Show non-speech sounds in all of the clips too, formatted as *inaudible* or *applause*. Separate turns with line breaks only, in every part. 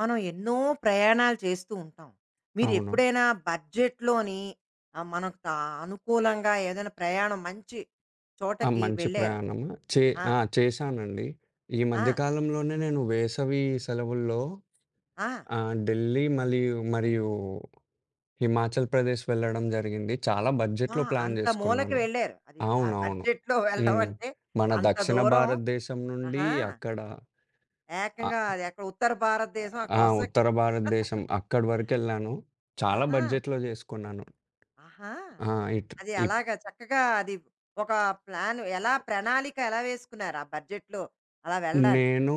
మనం ఎన్నో ప్రయాణాలు చేస్తూ ఉంటాం.
అవును.
మీరెప్పుడైనా బడ్జెట్‌లోని మనకు తా అనుకూలంగా ఏదైనా ప్రయాణం మంచి
ఆ!
చోటకి
మంచి
వెళ్ళారా?
ప్రయాణము. చే
ఆ!
ఆ! చేశానండి. ఈ
ఆ!
మధ్య కాలంలోనే నేను వేసవి సెలవుల్లో
ఆ!
ఢిల్లీ మరియు హిమాచల్ ప్రదేశ్ వెళ్ళడం జరిగింది. చాలా
అబ్బా!
బడ్జెట్‌లో ప్లాన్
అంత మూలకి
జేసుకున్నాను.
వెళ్లారు. అది ఆ
అవునవును.
బడ్జెట్‌లో వెళ్ళడం
హ్మ్.
అంటే
మన
అంత
దక్షిణ
దూరం.
భారతదేశం నుండి
ఆహా!
అక్కడ అ
ఏకంగా అది ఎక్కడ ఉత్తర భారతదేశం ఆ
ఆ!
కొసకి.
ఉత్తర భారతదేశం అక్కడి వరకెళ్ళాను. చాలా
ఆహా!
బడ్జెట్‌లో జేసుకున్నాను.
ఆహా!
ఆ! ఇట్
అది
ఇప్
అలాగా చక్కగా అది ఒక ప్లాన్ ఎలా ప్రణాళిక ఎలా వేసుకున్నారు ఆ బడ్జెట్‌లో అలా వెళ్ళడానికి?
నేను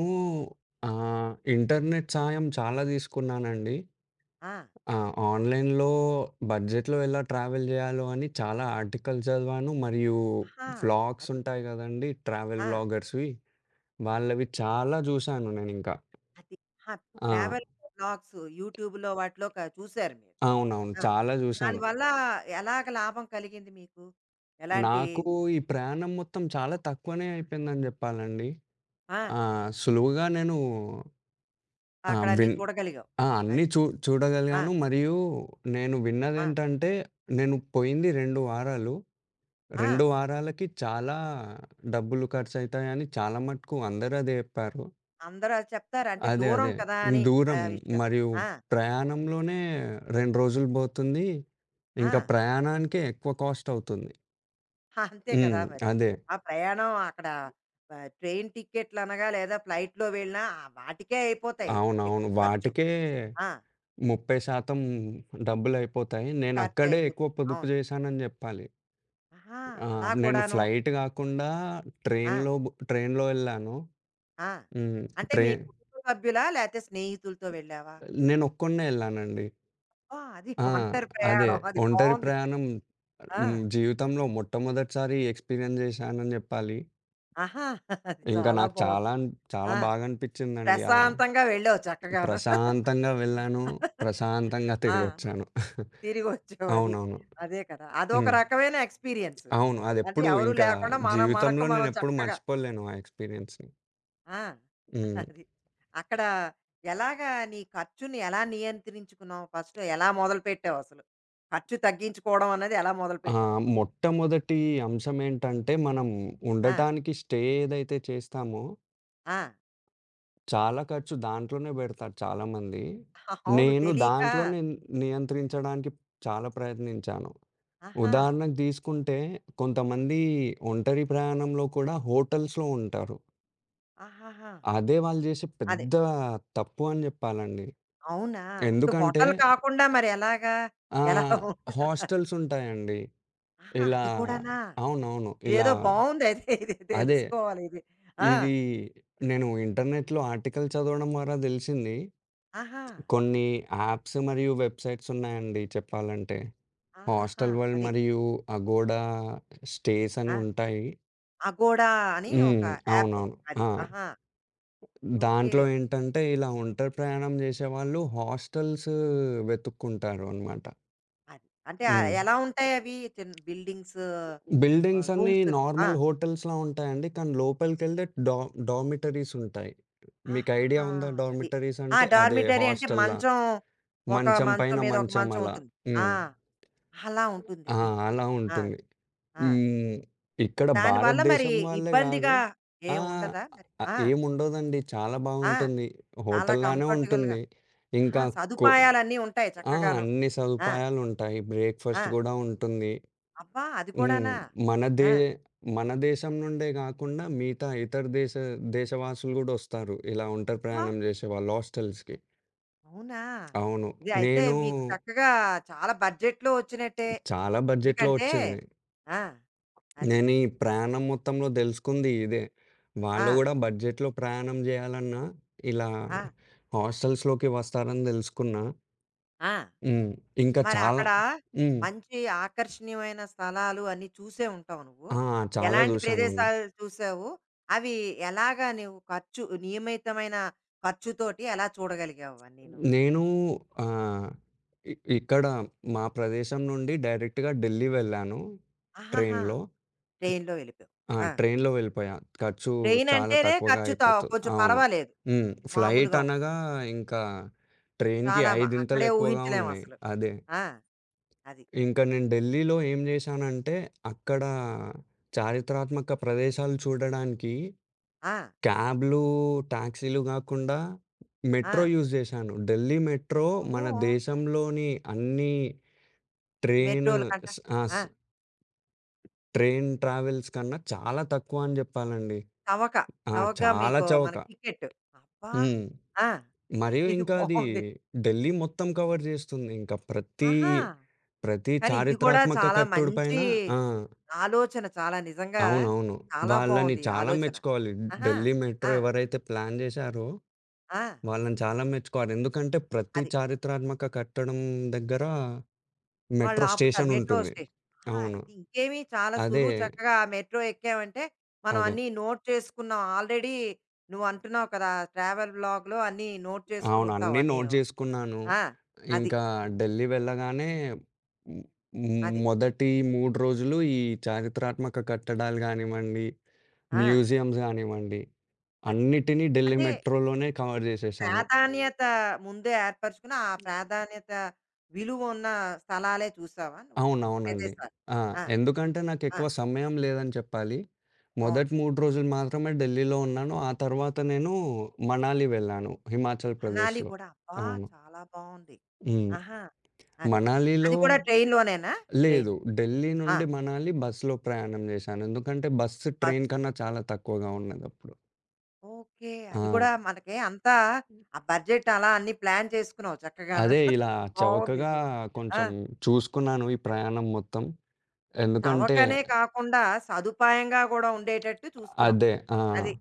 ఆహ్, ఇంటర్నెట్ సాయం చాలా తీసుకున్నానండి.
ఆ!
ఆ! ఆన్‌లైన్‌లో బడ్జెట్‌లో ఎలా ట్రావెల్ జేయాలో అని చాలా ఆర్టికల్స్ చదివాను. మరియు
ఆహా!
వ్లాగ్స్
అది.
ఉంటాయి గదండీ! ట్రావెల్
ఆ!
వ్లాగర్స్‌వి. వాళ్ళవి చాలా జూశాను నేనింకా.
అది. ఆ!
ఆ!
ట్రావెల్ బ్లాగ్స్ యూట్యూబ్‌లో వాటిలో చూసారు మీరు.
అవునవును.
ఆ!
చాలా జూశాను.
దానివల్ల ఎలాగ లాభం కలిగింది మీకు? ఎలాంటి?
నాకు ఈ ప్రయాణం మొత్తం చాలా తక్కువనే అయిపోయిందని జెప్పాలండి.
ఆ!
ఆ! సులువుగా నేను ఆ!
అక్కడన్నీ
విన్
చూడగలిగావు.
ఆ! అన్నీ
అది.
చూ
ఆ!
చూడగలిగాను. మరియు నేను
ఆ!
విన్నదేంటంటే నేను పోయింది 2 వారాలు.
ఆ!
2 వారాలకి చాలా డబ్బులు ఖర్చయితాయని చాలా మటుకు అందరూ అదే జెప్పారు.
అందరూ అది చెప్తారు. అంటే
అదే.
దూరం
అదే.
కదా అని ఆ
దూరం
విషయం.
మరియు
ఆ!
ప్రయాణంలోనే 2 రోజులు బోతుంది.
ఆ!
ఇంకా ప్రయాణానికే ఎక్కువ కాస్ట్ అవుతుంది.
అంతే
హ్మ్.
కదా మరి.
అదే.
ఆ ప్రయాణం అక్కడ ట్రైన్ టికెట్లనగా లేదా ఫ్లైట్‌లో వెళ్ళినా వాటికే అయిపోతాయి
అవునవును.
ఎక్కువ ఖర్చు.
వాటికే
ఆ!
30% డబ్బులయిపోతాయి.
ఖర్చు
నేనక్కడే ఎక్కువ
అయిపోతుంది.
పొదుపు
అవును.
జేశానని జెప్పాలి.
ఆహా!
ఆ!
అలా
నేను
కూడాను.
ఫ్లైట్ గాకుండా
ఆ!
ట్రైన్‌లో యెళ్ళాను.
ఆ!
హ్మ్.
అంటే
ట్రై
మీ కుటుంబ సభ్యులా? లేతే స్నేహితులతో వెళ్ళావా?
నేనొక్కడినే యెళ్ళానండి.
ఆ! అది
ఆ!
ఒంటరి
అదే.
ప్రయాణం. అది
ఒంటరి
బావుంది.
ప్రయాణం.
ఆ!
హ్మ్. జీవితంలో మొట్టమొదటిసారి ఎక్స్‌పీరియన్స్ చేశానని జెప్పాలి.
ఆహా! అది
ఇంకా
చాలా
నాకు చాలా
బావుంది.
అన్ చాలా
ఆ!
బాగా అనిపిచ్చిందండి.
ప్రశాంతంగా వెళ్ళావు చక్కగాను.
ప్రశాంతంగా వెళ్ళాను. ప్రశాంతంగా
ఆ!
తిరిగొచ్చాను.
తిరిగొచ్చావు అది.
అవునవును.
అదే కదా! అదొక
హ్మ్.
రకమైన ఎక్స్‌పీరియన్స్.
అవును.
అంటే
అదెప్పుడు
ఎవరు
ఇంకా
లేకుండా మనం మనకు
జీవితంలో
మనం
నేనెప్పుడు
చక్కగా.
మర్చిపోలేను ఆ ఎక్స్‌పీరియన్స్‌ని.
ఆ! *laughs*
హ్మ్.
అది. అక్కడ ఎలాగా నీ ఖర్చుని ఎలా నియంత్రించుకున్నావు? ఫస్ట్ ఎలా మొదలుపెట్టావసలు? ఖర్చు తగ్గించుకోవడం అన్నది ఎలా
ఆ!
మొదలుపెట్టావు?
మొట్టమొదటి అంశం ఏంటంటే, మనం
ఆ!
ఉండటానికి స్టే ఏదైతే చేస్తామో
ఆ!
చాలా ఖర్చు దాంట్లోనే బెడతారు చాలామంది.
అవును.
నేను
తెలీక.
దాంట్లోనే నియంత్రించడానికి చాలా ప్రయత్నించాను.
ఆహా!
ఉదాహరణకు తీసుకుంటే కొంతమంది ఒంటరి ప్రయాణంలో కూడా హోటల్స్‌లో ఉంటారు.
ఆహాహా!
అదే వాళ్ళు చేసే
అదే.
పెద్ద తప్పు అని జెప్పాలండి.
అవునా? ఇప్పుడు
ఎందుకంటే
హోటల్ కాకుండా మరెలాగా? ఎలా?
ఆహ్, హాస్టల్స్ ఉంటాయండి.
ఆహా!
ఇలా
అది కూడానా?
అవునవును. ఇలా
ఇదేదో బావుందయితే *laughs* ఇది
అదే.
తెలుసుకోవాలి ఇది. ఆ!
ఇది నేను ఇంటర్నెట్‌లో ఆర్టికల్ చదవడం ద్వారా దెలిసింది.
ఆహా!
కొన్ని యాప్స్ మరియు వెబ్‌సైట్స్ ఉన్నాయండి చెప్పాలంటే.
ఆహాహా!
హాస్టల్ వరల్డ్
అది.
మరియు అగోడా స్టేస్ అని
ఆ!
ఉంటాయి.
అగోడా అని ఒక
హ్మ్.
యాప్.
అవునవును.
అది.
ఆ!
ఆహా! ఓకే.
దాంట్లో ఏంటంటే ఇలా ఒంటరి ప్రయాణం చేసేవాళ్ళు హాస్టల్స్ వెతుక్కుంటారు అన్నమాట.
అది. అంటే
హ్మ్.
ఎలా ఉంటాయవి? బిల్డింగ్స్?
బిల్డింగ్స్ అన్నీ
రూమ్స్? ఆ!
నార్మల్ హోటల్స్‌లా ఉంటాయండి. కానీ లోపలికెళ్తే డార్మిటరీస్ ఉంటాయి. మీకు ఐడియా
ఆహాహా!
ఉందా
అది.
డార్మిటరీస్
ఆ!
అంటే? అదే
డార్మిటరీ అంటే
హాస్టల్‌లా
మంచం, ఒక
మంచం
మంచం
పైన
మీద ఒక
మంచం
మంచం
అలా.
ఉంటుంది. ఆ!
హ్మ్.
అలా ఉంటుంది
ఆ!
అది.
అలా
ఆ!
ఉంటుంది.
ఆ!
ఈ ఇక్కడ
దానివల్ల మరి
భారతదేశం వాళ్ళే గాదు.
ఇబ్బందిగా
ఆహ్,
ఏముండదా మరి?
ఆహ్,
ఆ!
ఏముండదండి. చాలా
ఆ!
బావుంటుంది.
చాలా
హోటల్లానే
కంఫర్టబుల్‌గా?
ఉంటుంది.
ఆహా!
ఇంకా కొ
సదుపాయాలన్నీ ఉంటాయి
ఆ!
చక్కగాను.
అన్ని
ఆ!
సదుపాయాలుంటాయి.
ఆ!
బ్రేక్‌ఫాస్ట్ గూడా ఉంటుంది.
అబ్బా! అది
హ్మ్.
కూడానా?
మనదే
ఆ!
మన దేశం నుండే గాకుండా మిగతా ఇతర దేశవాసులు గూడా ఒస్తారు. ఇలా ఒంటరి
అబ్బా!
ప్రయాణం జేసేవాళ్ళు హాస్టల్స్‌కి.
అవునా!
అవును.
ఇది అయితే
నేను
మీకు చక్కగా చాలా బడ్జెట్‌లో వచ్చినట్టే.
చాలా బడ్జెట్‌లో
ఎందుకంటే
ఒచ్చింది.
ఆ! అది.
నేను ఈ ప్రయాణం మొత్తంలో దెలుసుకుంది ఇదే.
ఆ!
వాళ్ళు గూడా బడ్జెట్‌లో ప్రయాణం జేయాలన్నా, ఇలా
ఆ!
హాస్టల్స్‌లోకి వస్తారని దెలుసుకున్నా.
ఆ!
హ్మ్. ఇంకా
మరి
చాలా
అక్కడ
హ్మ్.
మంచి ఆకర్షణీయమైన స్థలాలు అన్నీ చూసే ఉంటావు నువ్వు.
ఆ! చాలా
ఎలాంటి
జూశానండి.
ప్రదేశాలు చూసావు? అవి ఎలాగా నువ్వు ఖర్చు నియమితమైన ఖర్చుతోటి ఎలా చూడగలిగావు అవన్నీను?
నేను ఆహ్, ఇ ఇక్కడ మా ప్రదేశం నుండి డైరెక్ట్‌గా ఢిల్లీ వెళ్ళాను
ఆహాహా!
ట్రైన్‌లో.
ట్రైన్‌లో వెళ్ళిపోయావు.
ఆ!
ఆ!
ట్రైన్‌లో వెళ్ళిపోయా. ఖర్చు
ట్రైన్
చాలా
అంటేనే
తక్కువగా
ఖర్చు త
అయిపోతుంది.
కొంచెం
అవును.
పర్వాలేదు.
హ్మ్. ఫ్లైట్
మామూలుగా
అనగా ఇంకా ట్రైన్‌కి
చాలా మ
ఐదింతలు
అక్కడే
ఎక్కువగా ఉన్నాయి.
ఊహించలేమసలు.
అదే.
ఆ! అది.
ఇంకా నేను ఢిల్లీలో ఏం చేశానంటే, అక్కడ చారిత్రాత్మక ప్రదేశాలు చూడడానికి
ఆ!
క్యాబ్‌లు, టాక్సీలు కాకుండా
ఆ!
మెట్రో యూజ్ చేశాను. ఢిల్లీ మెట్రో మన
అమ్మో!
దేశంలోని అన్ని ట్రైన్
మెట్రోల కంట
స్ ఆహ్, స్
ఆ!
ట్రైన్ ట్రావెల్స్ కన్నా చాలా తక్కువ అని చెప్పాలండి.
చవక.
ఆ!
చవకగా
చాలా
మీకు
చవక.
మనకి టికెట్. అబ్బా!
హ్మ్.
ఆ!
మరియు
ఇది
ఇంకా అది
బావుంది.
ఢిల్లీ మొత్తం కవర్ జేస్తుంది. ఇంకా
ఆహా!
ప్రతి
కానీ ఇది కూడా
చారిత్రాత్మక
చాలా
కట్టడి పైన
మంచి
ఆ!
ఆలోచన. చాలా నిజంగా
అవునవును.
చాలా
వాళ్ళని
బావుంది ఈ
చాలా
ఆలోచన.
మెచ్చుకోవాలి.
ఆహా!
ఢిల్లీ మెట్రో
ఆ!
ఎవరైతే ప్లాన్ జేశారో
ఆ!
వాళ్ళని చాలా మెచ్చుకోవాలి. ఎందుకంటే ప్రతి
అది.
చారిత్రాత్మక కట్టడం దగ్గర
వాళ్ళు
మెట్రో
ఆపుతారు
స్టేషన్
మెట్రో
ఉంటుంది.
స్టేషన్. ఆ!
అవును.
అయితే ఇంకేమి చాలా
అదే.
సులువు, చక్కగా మెట్రో ఎక్కామంటే, మనం
అదే.
అన్నీ నోట్ చేసుకున్నాం. ఆల్రెడీ నువ్వు అంటున్నావు కదా! ట్రావెల్ బ్లాగ్‌లో అన్నీ నోట్ చేసుకొని
అవును.
ఉంటావు
అన్నీ నోట్
అన్నీను.
జేసుకున్నాను.
ఆ! అది.
ఇంకా ఢిల్లీ వెళ్ళగానే హ్మ్, హ్మ్,
అది.
మొదటి 3 రోజులు ఈ చారిత్రాత్మక కట్టడాలు గానివ్వండి,
ఆ!
మ్యూజియంస్ గానివ్వండి,
అది.
అన్నిటిని ఢిల్లీ
అంటే
మెట్రోలోనే కవర్ జేసేశాను.
ప్రాధాన్యత ముందే ఏర్పరచుకుని, ఆ ప్రాధాన్యత విలువ ఉన్న స్థలాలే చూసావా నువ్వు?
అవునవునండి.
ప్రదేశాలు.
ఆ!
ఆ!
ఎందుకంటే
ఆ!
నాకెక్కువ సమయం లేదని చెప్పాలి.
అవును.
మొదటి 3 రోజులు మాత్రమే ఢిల్లీలో ఉన్నాను. ఆ తర్వాత నేను మనాలి వెళ్ళాను హిమాచల్
మనాలి
ప్రదేశ్‌లో.
కూడా అబ్బా!
అవును.
చాలా బావుంది.
హ్మ్.
ఆహా! అది.
మనాలిలో
అది కూడా ట్రైన్‌లోనేనా?
లేదు.
ట్రైన్.
ఢిల్లీ
ఆ!
నుండి మనాలి బస్‌లో ప్రయాణం జేశాను. ఎందుకంటే బస్సు ట్రైన్
ఖర్చు.
కన్నా చాలా తక్కువగా ఉన్నదప్పుడు.
ఓకే.
ఆ!
అది కూడా మనకి అంతా ఆ బడ్జెట్ అలా అన్నీ ప్లాన్ చేసుకున్నావు చక్కగాను.
అదే ఇలా
*laughs*
చవకగా
బావుందిది. ఆ!
కొంచెం చూసుకున్నాను ఈ
అది.
ప్రయాణం మొత్తం. ఎందుకంటే
చవకనే కాకుండా సదుపాయంగా గూడా ఉండేటట్టు చూసుకున్నావు.
అదే. ఆ!
అది.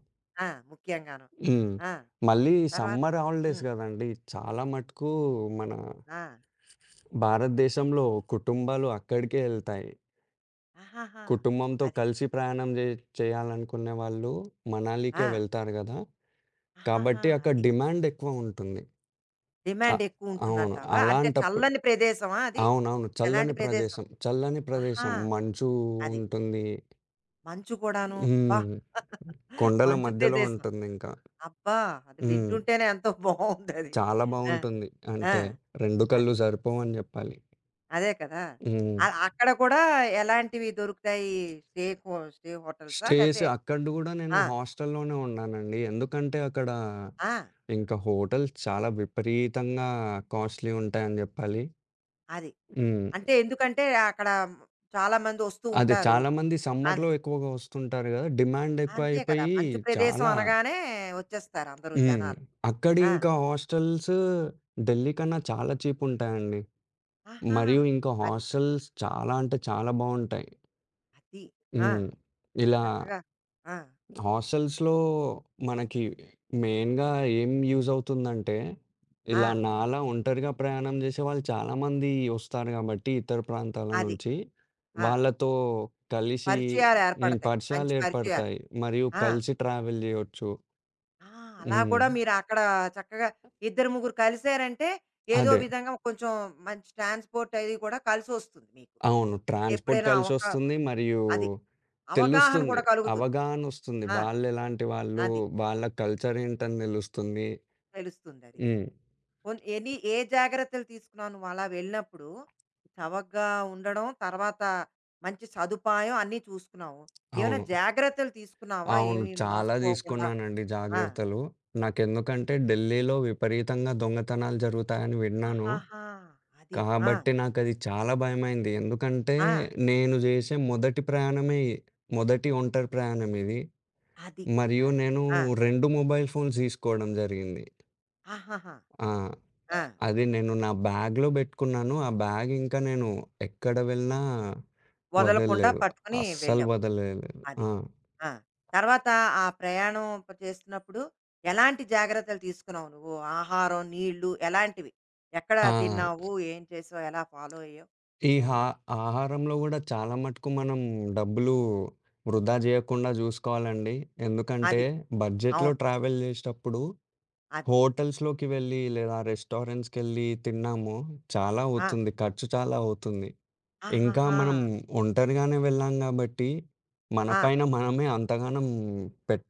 ఆ! ముఖ్యంగాను.
హ్మ్.
ఆ!
మళ్ళీ
తర్వాత.
సమ్మర్ హాలిడేస్
హ్మ్.
గదండీ! చాలా మటుకు మన
ఆ!
భారతదేశంలో కుటుంబాలు అక్కడికే ఎళ్తాయి.
ఆహాహా!
కుటుంబంతో
అది.
కలిసి ప్రయాణం జే చేయాలనుకునే వాళ్ళు
ఆ!
మనాలికే వెళ్తారు గదా!
ఆహాహా!
కాబట్టి అక్కడ
అది.
డిమాండ్ ఎక్కువ ఉంటుంది. అ
డిమాండ్
అవును.
ఎక్కువుంటుందంటావా? అంటే
అలాంటప్పుడు
చల్లని ప్రదేశమా అది?
అవునవును.
ఎలాంటి
చల్లని
ప్రదేశం?
ప్రదేశం. చల్లని
ఆహా!
ప్రదేశం. మంచు
అది.
ఉంటుంది.
మంచు కూడాను. అబ్బా!
హ్మ్. కొండల
మంచు
మధ్యలో
ప్రదేశం.
ఉంటుందింకా.
అబ్బా! అది
హ్మ్.
వింటుంటేనే ఎంతో బావుందది.
చాలా
ఆ!
బావుంటుంది.
ఆ!
అంటే 2 కళ్ళు
అది.
సరిపోవని జెప్పాలి.
అదే కదా!
హ్మ్.
అ అక్కడ కూడా ఎలాంటివి దొరుకుతాయి? స్టే హోటల్సా?
స్టేస్
లేతే
అక్కడ గూడా నేను
ఆ!
హాస్టల్‌లోనే ఉన్నానండి. ఎందుకంటే అక్కడ
ఆ!
ఇంకా హోటల్స్ చాలా విపరీతంగా కాస్ట్‌లీ ఉంటాయని జెప్పాలి.
అది.
హ్మ్.
అంటే ఎందుకంటే అక్కడ చాలా మందొస్తూ
అదే.
ఉంటారు.
చాలామంది
అది.
సమ్మర్‌లో ఎక్కువగా వస్తుంటారు గదా! డిమాండ్
అంతే కదా!
ఎక్కువైపోయి
మంచు ప్రదేశం
చాలా.
అనగానే వచ్చేస్తారు అందరూ
హ్మ్.
జనాలు.
అక్కడి
ఆ!
ఇంకా హాస్టల్స్ ఢిల్లీ కన్నా చాలా చీప్ ఉంటాయండి.
ఆహా!
మరియు ఇంకా
అది.
హాస్టల్స్ చాలా అంటే చాలా బావుంటాయి.
అది. ఆ!
హ్మ్. ఇలా
చక్కగా. ఆ!
హాస్టల్స్‌లో మనకి మెయిన్‌గా ఏం యూజ్ అవుతుందంటే,
ఆ!
ఇలా హ్మ్. నాలా ఒంటరిగా ప్రయాణం చేసే వాళ్ళు చాలామంది వస్తారు కాబట్టి ఇతర ప్రాంతాల
అది.
నుంచి.
ఆ!
వాళ్ళతో కలిసి హ్మ్.
పరిచయాలేర్పడతాయి.
పరిచయాలు
మంచి పరిచయాలు.
ఏర్పడతాయి. మరియు
ఆ!
కలిసి ట్రావెల్ చేయొచ్చు.
ఆ! అలా
హ్మ్.
కూడా మీరక్కడ చక్కగా ఇద్దరు ముగ్గురు కలిసారంటే, ఏదో
అదే.
విధంగా కొంచెం మంచి ట్రాన్స్‌పోర్ట్ అది కూడా కలిసొస్తుంది మీకు.
అవును. ట్రాన్స్‌పోర్ట్
ఎప్పుడైనా అవకా
కలిసొస్తుంది. మరియు
అది. అవగాహన
తెలుస్తుంది.
కూడా కలుగుతుంది.
అవగాహనొస్తుంది.
ఆ!
వాళ్ళెలాంటి వాళ్ళు,
అది.
వాళ్ళ కల్చర్ ఏంటని తెలుస్తుంది.
తెలుస్తుందది.
హ్మ్.
ఎన్ని ఏ జాగ్రత్తలు తీసుకున్నావు నువ్వలా వెళ్ళినప్పుడు? చవకగా ఉండడం, తర్వాత మంచి సదుపాయం అన్నీ చూసుకున్నావు. ఏమైనా
అవును.
జాగ్రత్తలు తీసుకున్నావా?
అవును.
ఏమి
చాలా
మోసపోకుండా?
తీసుకున్నానండి
ఆ!
జాగ్రత్తలు. నాకెందుకంటే ఢిల్లీలో విపరీతంగా దొంగతనాలు జరుగుతాయని విన్నాను.
ఆహాహా! అది. ఆ!
కాబట్టి నాకది చాలా భయమైంది. ఎందుకంటే
ఆ!
నేను చేసే మొదటి ప్రయాణమే ఇ- మొదటి ఒంటరి ప్రయాణం ఇది.
అది.
మరియు
ఆ!
నేను
ఆ!
2 మొబైల్ ఫోన్స్ తీసుకోవడం జరిగింది.
ఆహాహా!
ఆ!
అది. ఆ!
అది నేను నా బ్యాగ్‌లో పెట్టుకున్నాను. ఆ బ్యాగ్ ఇంకా నేను ఎక్కడ వెళ్ళినా
వదలకుండా
వదలలేదు.
పట్టుకొని
అస్సలు
వెళ్ళావు.
వదలలేదు.
అది.
ఆ!
ఆ! తర్వాత ఆ ప్రయాణం ప చేస్తున్నప్పుడు ఎలాంటి జాగ్రత్తలు తీసుకున్నావు నువ్వు? ఆహారం, నీళ్ళు ఎలాంటివి? ఎక్కడ
ఆ!
తిన్నావు? ఏం చేసావు? ఎలా ఫాలో అయ్యావు
ఈ
నువ్వు?
హా ఆహారంలో గూడా చాలా మటుకు మనం డబ్బులు వృధా జేయకుండా జూసుకోవాలండి. ఎందుకంటే,
అది.
బడ్జెట్‌లో
అవును.
ట్రావెల్ జేసేటప్పుడు
అది.
హోటల్స్‌లోకి వెళ్ళి, లేదా రెస్టారెంట్స్‌కెళ్ళి తిన్నాము చాలా
ఆ!
అవుతుంది. ఖర్చు చాలా అవుతుంది. ఇంకా
ఆహాహా!
మనం ఒంటరిగానే వెళ్ళాం గాబట్టి, మన
ఆ!
పైన మనమే అంతగానం పెట్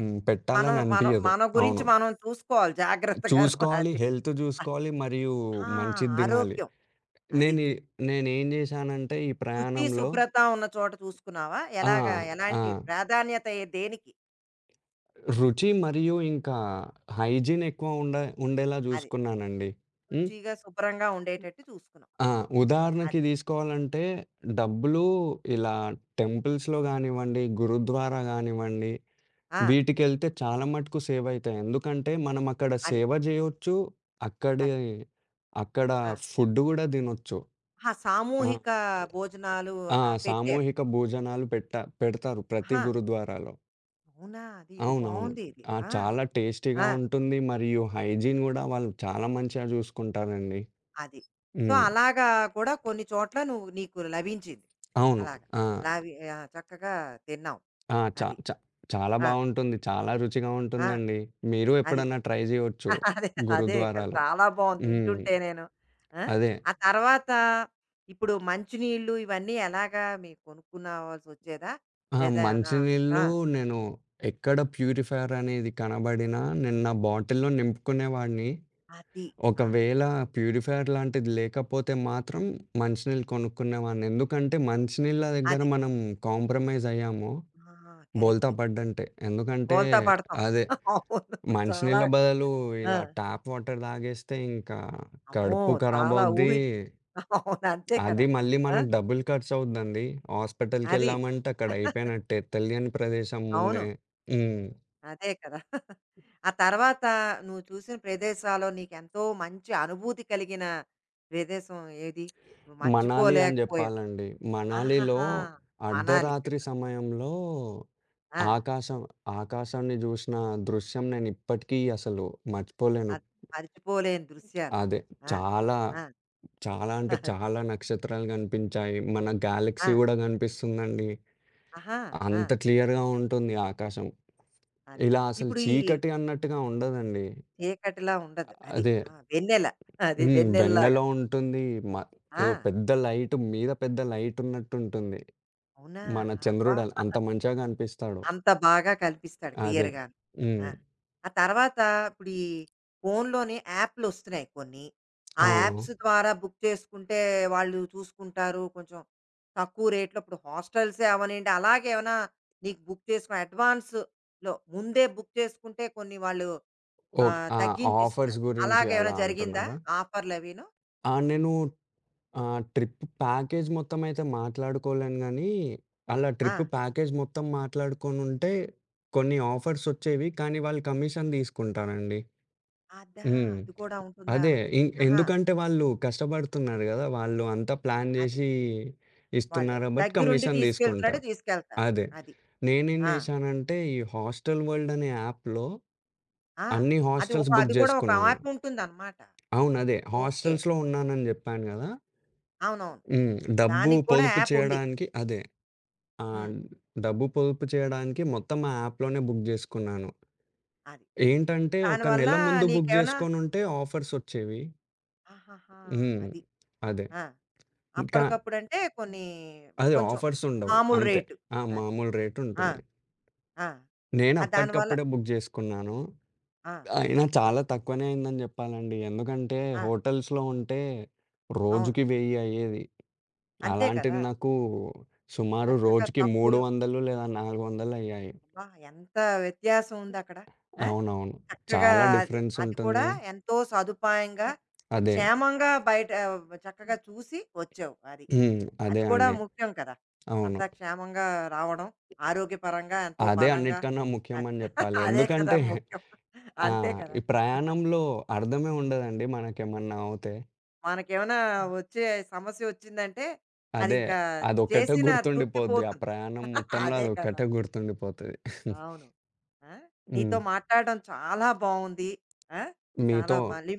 హ్మ్.
మనం
పెట్టాలని
మనం
అనిపియదు.
మన గురించి
అవును.
మనం చూసుకోవాలి జాగ్రత్తగాను
చూసుకోవాలి,
అది.
హెల్త్ జూసుకోవాలి, మరియు
ఆ!
మంచిది దినాలి.
ఆరోగ్యం. అది.
నేనీ నేనేం జేశానంటే, ఈ
శుచి,
ప్రయాణంలో
శుభ్రత ఉన్న చోట చూసుకున్నావా?
ఆ!
ఎలాగా ఎలాంటి
ఆ!
ప్రాధాన్యత ఏ దేనికి?
రుచి మరియు ఇంకా హైజీన్ ఎక్కువ ఉండ ఉండేలా
అది.
చూసుకున్నానండి. హ్మ్.
రుచిగా, శుభ్రంగా ఉండేటట్టు చూసుకున్నావు
ఆ!
నువ్వు.
ఉదాహరణకి
అది.
తీసుకోవాలంటే డబ్బులు ఇలా టెంపుల్స్‌లో గానివ్వండి, గురుద్వారా గానివ్వండి,
ఆ!
వీటికెళ్తే చాలా మటుకు సేవ్ అయితాయి. ఎందుకంటే మనం అక్కడ
అది.
సేవ జేయొచ్చు. అక్కడి
అది.
అక్కడ
ఆ!
ఫుడ్ గూడా తినొచ్చు.
ఆహా!
ఆ!
సామూహిక భోజనాలు
ఆ!
పెట్టారు.
సామూహిక భోజనాలు పెట్ట పెడతారు ప్రతి
ఆహా!
గురుద్వారాలో.
అవునా! అది ఇది
అవునవును.
బావుంది ఇది.
ఆ!
ఆ!
చాలా టేస్టీగా
ఆ!
ఉంటుంది. మరియు హైజీన్ గూడా వాళ్ళు చాలా మంచిగా చూసుకుంటారండి.
అది. సో,
హ్మ్.
అలాగా కూడా కొన్ని చోట్ల నువ్వు నీకు లభించింది.
అవును.
అలాగా.
ఆ!
లావి ఆ! చక్కగా తిన్నావు.
ఆ! చా
అది.
చా చాలా
ఆ!
బావుంటుంది. చాలా రుచిగా
ఆ!
ఉంటుందండి. మీరు
అది.
ఎప్పుడన్నా ట్రై జేయొచ్చు
అదే. అదే కదా!
గురుద్వారాలో.
చాలా బావుంది
హ్మ్.
వింటుంటే నేను. ఆ!
అదే.
ఆ తర్వాత ఇప్పుడు మంచినీళ్ళు ఇవన్నీ ఎలాగా మీరు కొనుక్కునవాల్సొచ్చేదా?
ఆ!
లేదా ఏమన్నా? ఆ!
మంచినీళ్ళు నేను ఎక్కడ ప్యూరిఫైయర్ అనేది కనబడినా నేను నా బాటిల్‌లో నింపుకునేవాడిని.
అది. ఆ!
ఒకవేళ ప్యూరిఫైయర్ లాంటిది లేకపోతే మాత్రం మంచినీళ్ళు కొనుక్కునేవాడిని. ఎందుకంటే, మంచినీళ్ళ దగ్గర
అది.
మనం కాంప్రమైజ్ అయ్యాము
ఆ!
బోల్తా
కరెక్ట్.
పడ్డంటే. ఎందుకంటే,
బోల్తా పడతాం.
అదే
అవును. చాలా.
మంచినీళ్ళ బదులు
ఆ!
ఇలా ట్యాప్ వాటర్ తాగేస్తే ఇంకా
అమ్మో!
కడుపు ఖరాబ్
చాలా
అవుద్ది.
ఊహి అవును. అంతే
అది
కదా!
మళ్ళీ
ఆ!
మనకు డబ్బులు ఖర్చవుద్దండి.
అది.
హాస్పిటల్‌కెళ్ళామంటే అక్కడ అయిపోయినట్టే తెలియని ప్రదేశం
అవును.
ముందే. హ్మ్.
అదే కదా! *laughs* ఆ తర్వాత నువ్వు చూసిన ప్రదేశాల్లో నీకెంతో మంచి అనుభూతి కలిగిన ప్రదేశం ఏది? నువ్వు
మనాలి అని
మర్చిపోలేకపోయావు.
జెప్పాలండి. మనాలిలో
ఆహాహా! మనాలి.
అర్ధరాత్రి సమయంలో
ఆ!
ఆకాశం ఆకాశాన్ని జూసిన దృశ్యం నేనిప్పటికీ అసలు మర్చిపోలేను.
అది మరిచిపోలేని దృశ్యాలు.
అదే
ఆ!
చాలా,
ఆ!
చాలా
*laughs*
అంటే
అది.
చాలా నక్షత్రాలు గనిపించాయి. మన
ఆ!
గ్యాలక్సీ గూడా గనిపిస్తుందండి.
ఆహా! ఆ!
అంత క్లియర్‌గా ఉంటుంది ఆకాశం.
అది.
ఇలా అసలు
ఇప్పుడు ఈ
చీకటి అన్నట్టుగా ఉండదండి.
చీకటిలా ఉండదు. అది.
అదే
ఆ! వెన్నెల. అది
హ్మ్. వెన్నెల
వెన్నెల్లాగా.
ఉంటుంది. మ
ఆ!
ఏదో పెద్ద లైట్ మీద పెద్ద లైట్ ఉన్నట్టుంటుంది.
అవునా?
మన
అబ్బా!
చంద్రుడు అంత మంచిగా కనిపిస్తాడు.
అంత బాగా కల్పిస్తాడు
అదే.
క్లియర్‌గాను. ఆ!
హ్మ్.
ఆ తర్వాత ఇప్పుడు ఈ ఫోన్‌లోనే యాప్‌లొస్తున్నాయి కొన్ని. ఆ
అవును.
యాప్స్ ద్వారా బుక్ చేసుకుంటే వాళ్ళు చూసుకుంటారు. కొంచెం తక్కువ రేట్‌లో ఇప్పుడు హాస్టల్సే అవ్వనియండి అలాగే ఏమైనా నీకు బుక్ చేసుకొని అడ్వాన్స్‌లో ముందే బుక్ చేసుకుంటే కొన్ని వాళ్ళు
ఓకే. ఆ! ఆఫర్స్
తగ్గించిస్తున్నారు.
గురించి
అలాగేమైనా
అలా
జరిగిందా?
అంటున్నారా?
ఆఫర్‌లవీను?
ఆ! నేను ట్రిప్ ప్యాకేజ్ మొత్తం అయితే మాట్లాడుకోలేను గానీ, అలా
ఆ!
ట్రిప్ ప్యాకేజ్ మొత్తం మాట్లాడుకొనుంటే కొన్ని ఆఫర్స్ వచ్చేవి. కానీ వాళ్ళు కమిషన్ తీసుకుంటారండి.
అదా!
హ్మ్.
అది కూడా ఉంటుందా?
అదే.
ఆహా!
ఎందుకంటే వాళ్ళు కష్టపడుతున్నారు గదా! వాళ్ళు అంతా ప్లాన్
అది.
జేసి
వాళ్ళు
ఇస్తున్నారు కాబట్టి
దగ్గరుండి
కమిషన్ తీసుకుంటారు.
తీసుకెళ్తారు.
అదే.
అది.
నేనేం
ఆ!
జేశానంటే, ఈ హాస్టల్ వరల్డ్ అనే యాప్‌లో
ఆ!
అన్ని
అది ఒక
హాస్టల్స్ బుక్
అది కూడా ఒక
జేసుకున్నాను.
యాప్ ఉంటుందనమాట.
అవును. అదే.
ఓకే.
హాస్టల్స్‌లో ఉన్నానని జెప్పాను గదా!
అవునవును.
హ్మ్. డబ్బు
దానికి కూడా
పొదుపు
యాప్ ఉంది.
చేయడానికి అదే. ఆ!
హ్మ్.
డబ్బు పొదుపు చేయడానికి మొత్తం ఆ యాప్‌లోనే బుక్ జేసుకున్నాను.
అది.
ఏంటంటే, ఒక
దానివల్ల
నెల ముందు బుక్
నీకేమైనా?
జేసుకోనుంటే ఆఫర్సొచ్చేవి.
ఆహాహా!
హ్మ్.
అది.
అదే.
ఆ!
ఇంకా
అప్పటికప్పుడంటే కొన్ని
అదే
కొంచెం
ఆఫర్సుండవు.
మామూలు
అంతే.
రేటు.
ఆ!
అది.
మామూలు
ఆ!
రేటుంటుంది.
ఆ!
నేను
ఆ దానివల్ల
అప్పటికప్పుడే బుక్ జేసుకున్నాను.
ఆ!
అయినా చాలా తక్కువనే అయిందని జెప్పాలండి. ఎందుకంటే
ఆ!
హోటల్స్‌లో ఉంటే
అవును.
రోజుకి 1000 అయ్యేది.
అంతే
అలాంటిది
కదా!
నాకు సుమారు
చక్కగా
రోజుకి
తక్కువలో.
300 లేదా 400 అయ్యాయి.
అబ్బా! ఎంత వ్యత్యాసం ఉందక్కడ. ఆ!
అవునవును.
చక్కగా
చాలా
అది
డిఫరెన్స్
అది కూడా
ఉంటుంది.
ఎంతో సదుపాయంగా,
అదే.
క్షేమంగా బయట ఆ, చక్కగా చూసి వచ్చావు. అది.
హ్మ్.
అది
అదే
కూడా
అండి.
ముఖ్యం కదా!
అవును.
అంతా క్షేమంగా రావడం, ఆరోగ్యపరంగా ఎంతో
అదే
బలంగా
అన్నిటికన్నా
అది
ముఖ్యమని
*laughs*
జెప్పాలి.
అదే కదా
ఎందుకంటే
ముఖ్యం.
ఆ!
అంతే కదా!
ఈ ప్రయాణంలో అర్థమే ఉండదండి మనకేమన్నా అవుతే.
మనకేమైనా వచ్చే సమస్య వచ్చిందంటే,
అదే.
అదింకా
అదొక్కటే
చేసిన తృప్తి
గుర్తుండిపోద్ది. ఆ
పోతుంది.
ప్రయాణం
*laughs*
మొత్తంలో
అదే కదా!
అదొక్కటే గుర్తుండిపోతది.
అవును.
*laughs*
ఆ!
హ్మ్.
నీతో మాట్లాడడం చాలా బావుంది. ఆ!
మీతో
చాలా మళ్ళీ.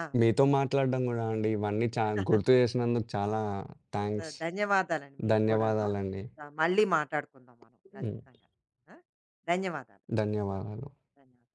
ఆ!
మీతో మాట్లాడడం గూడా అండి. ఇవన్నీ చా గుర్తు చేసినందుకు చాలా థాంక్స్.
ధన్యవాదాలండి మీకు కూడాను.
ధన్యవాదాలండి.
ఆ, మళ్ళీ మాట్లాడుకుందాం మనం
హ్మ్.
ఖచ్చితంగా. ఆ! ధన్యవాదాలు.
ధన్యవాదాలు.
ధన్యవాదాలు.